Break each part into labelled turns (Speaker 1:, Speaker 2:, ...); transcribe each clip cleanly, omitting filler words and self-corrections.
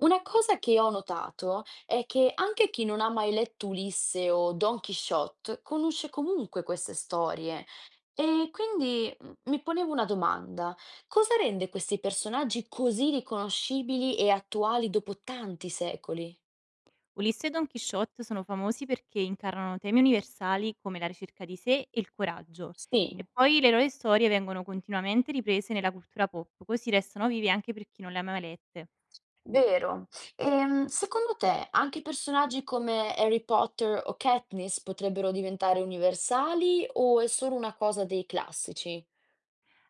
Speaker 1: Una cosa che ho notato è che anche chi non ha mai letto Ulisse o Don Quixote conosce comunque queste storie. E quindi mi ponevo una domanda: cosa rende questi personaggi così riconoscibili e attuali dopo tanti secoli?
Speaker 2: Ulisse e Don Chisciotte sono famosi perché incarnano temi universali come la ricerca di sé e il coraggio. E
Speaker 1: Sì,
Speaker 2: poi le loro storie vengono continuamente riprese nella cultura pop, così restano vive anche per chi non le ha mai lette.
Speaker 1: vero. Secondo te anche personaggi come Harry Potter o Katniss potrebbero diventare universali o è solo una cosa dei classici?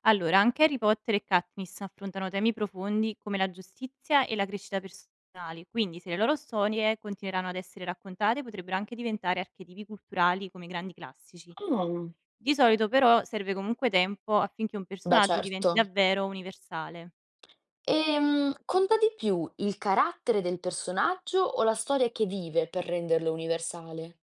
Speaker 2: Allora, anche Harry Potter e Katniss affrontano temi profondi come la giustizia e la crescita personale, quindi se le loro storie continueranno ad essere raccontate potrebbero anche diventare archetipi culturali come i grandi classici.
Speaker 1: Mm.
Speaker 2: Di solito però serve comunque tempo affinché un
Speaker 1: Beh,
Speaker 2: personaggio
Speaker 1: certo.
Speaker 2: diventi davvero universale.
Speaker 1: Conta di più il carattere del personaggio o la storia che vive per renderlo universale?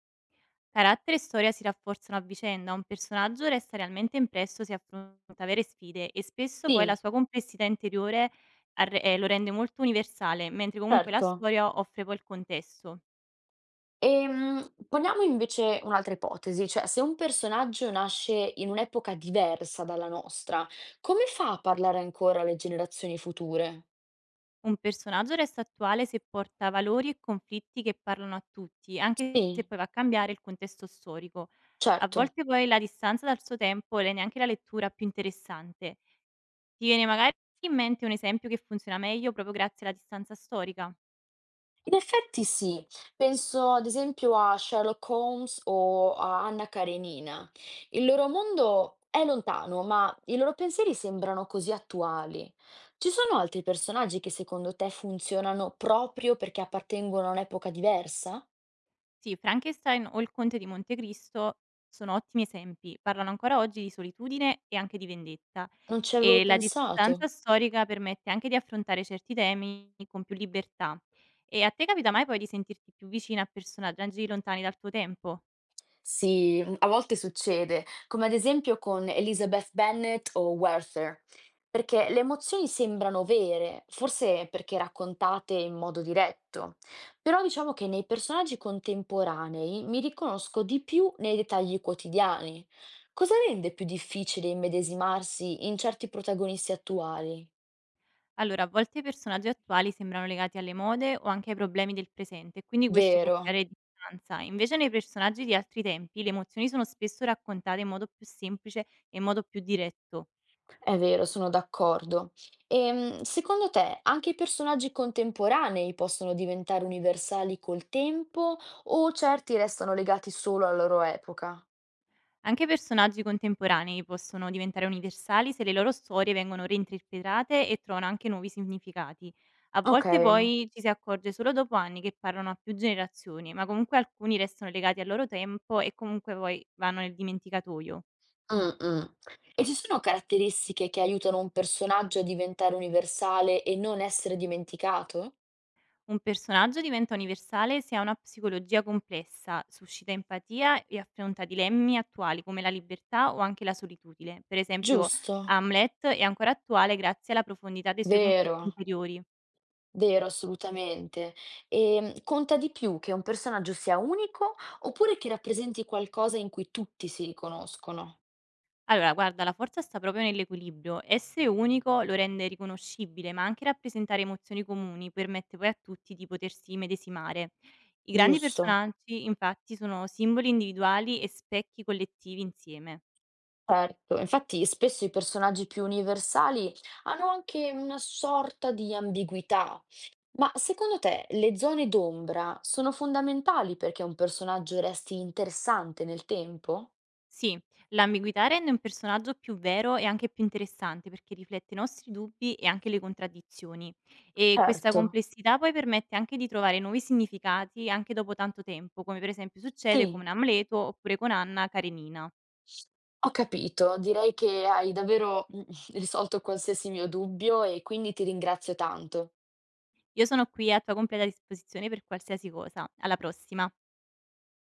Speaker 2: Carattere e storia si rafforzano a vicenda, un personaggio resta realmente impresso se affronta vere sfide e spesso poi la
Speaker 1: Sì,
Speaker 2: sua complessità interiore lo rende molto universale, mentre comunque la
Speaker 1: certo.
Speaker 2: storia offre poi il contesto.
Speaker 1: Poniamo invece un'altra ipotesi, cioè se un personaggio nasce in un'epoca diversa dalla nostra, come fa a parlare ancora alle generazioni future?
Speaker 2: Un personaggio resta attuale se porta valori e conflitti che parlano a tutti, anche se
Speaker 1: Sì,
Speaker 2: poi va a cambiare il contesto storico. A
Speaker 1: certo.
Speaker 2: volte poi la distanza dal suo tempo rende anche la lettura più interessante. Ti viene magari in mente un esempio che funziona meglio proprio grazie alla distanza storica?
Speaker 1: In effetti sì, penso ad esempio a Sherlock Holmes o a Anna Karenina. Il loro mondo è lontano, ma i loro pensieri sembrano così attuali. Ci sono altri personaggi che secondo te funzionano proprio perché appartengono a un'epoca diversa?
Speaker 2: Sì, Frankenstein o Il conte di Montecristo sono ottimi esempi, parlano ancora oggi di solitudine e anche di vendetta,
Speaker 1: Non ci avevo
Speaker 2: e la distanza
Speaker 1: pensato.
Speaker 2: storica permette anche di affrontare certi temi con più libertà. E a te capita mai poi di sentirti più vicina a personaggi lontani dal tuo tempo?
Speaker 1: Sì, mhmm, a volte succede, come ad esempio con Elizabeth Bennet o Werther, perché le emozioni sembrano vere, forse perché raccontate in modo diretto, però diciamo che nei personaggi contemporanei mi riconosco di più nei dettagli quotidiani. Cosa rende più difficile immedesimarsi in certi protagonisti attuali?
Speaker 2: Allora, a volte i personaggi attuali sembrano legati alle mode o anche ai problemi del presente, e quindi questo può
Speaker 1: Vero.
Speaker 2: creare distanza. Invece nei personaggi di altri tempi le emozioni sono spesso raccontate in modo più semplice e in modo più diretto.
Speaker 1: È vero, sono d'accordo. Secondo te anche i personaggi contemporanei possono diventare universali col tempo o certi restano legati solo alla loro epoca?
Speaker 2: Anche personaggi contemporanei possono diventare universali se le loro storie vengono reinterpretate e trovano anche nuovi significati. A
Speaker 1: Ok.
Speaker 2: volte poi ci si accorge solo dopo anni che parlano a più generazioni, ma comunque alcuni restano legati al loro tempo e comunque poi vanno nel dimenticatoio.
Speaker 1: Mm, mm. E ci sono caratteristiche che aiutano un personaggio a diventare universale e non essere dimenticato?
Speaker 2: Un personaggio diventa universale se ha una psicologia complessa, suscita empatia e affronta dilemmi attuali come la libertà o anche la solitudine. Per esempio,
Speaker 1: Giusto.
Speaker 2: Hamlet è ancora attuale grazie alla profondità dei suoi conflitti
Speaker 1: Vero,
Speaker 2: interiori.
Speaker 1: vero, assolutamente. E conta di più che un personaggio sia unico oppure che rappresenti qualcosa in cui tutti si riconoscono?
Speaker 2: Allora, guarda, la forza sta proprio nell'equilibrio. Essere unico lo rende riconoscibile, ma anche rappresentare emozioni comuni permette poi a tutti di potersi medesimare. I grandi
Speaker 1: Giusto.
Speaker 2: personaggi, infatti, sono simboli individuali e specchi collettivi insieme.
Speaker 1: Certo, infatti spesso i personaggi più universali hanno anche una sorta di ambiguità. Ma secondo te le zone d'ombra sono fondamentali perché un personaggio resti interessante nel tempo?
Speaker 2: Sì, l'ambiguità rende un personaggio più vero e anche più interessante perché riflette i nostri dubbi e anche le contraddizioni. E questa
Speaker 1: Certo.
Speaker 2: complessità poi permette anche di trovare nuovi significati anche dopo tanto tempo, come per esempio succede
Speaker 1: Sì.
Speaker 2: con Amleto oppure con Anna Karenina.
Speaker 1: Ho capito, direi che hai davvero risolto qualsiasi mio dubbio e quindi ti ringrazio tanto.
Speaker 2: Io sono qui a tua completa disposizione per qualsiasi cosa. Alla prossima.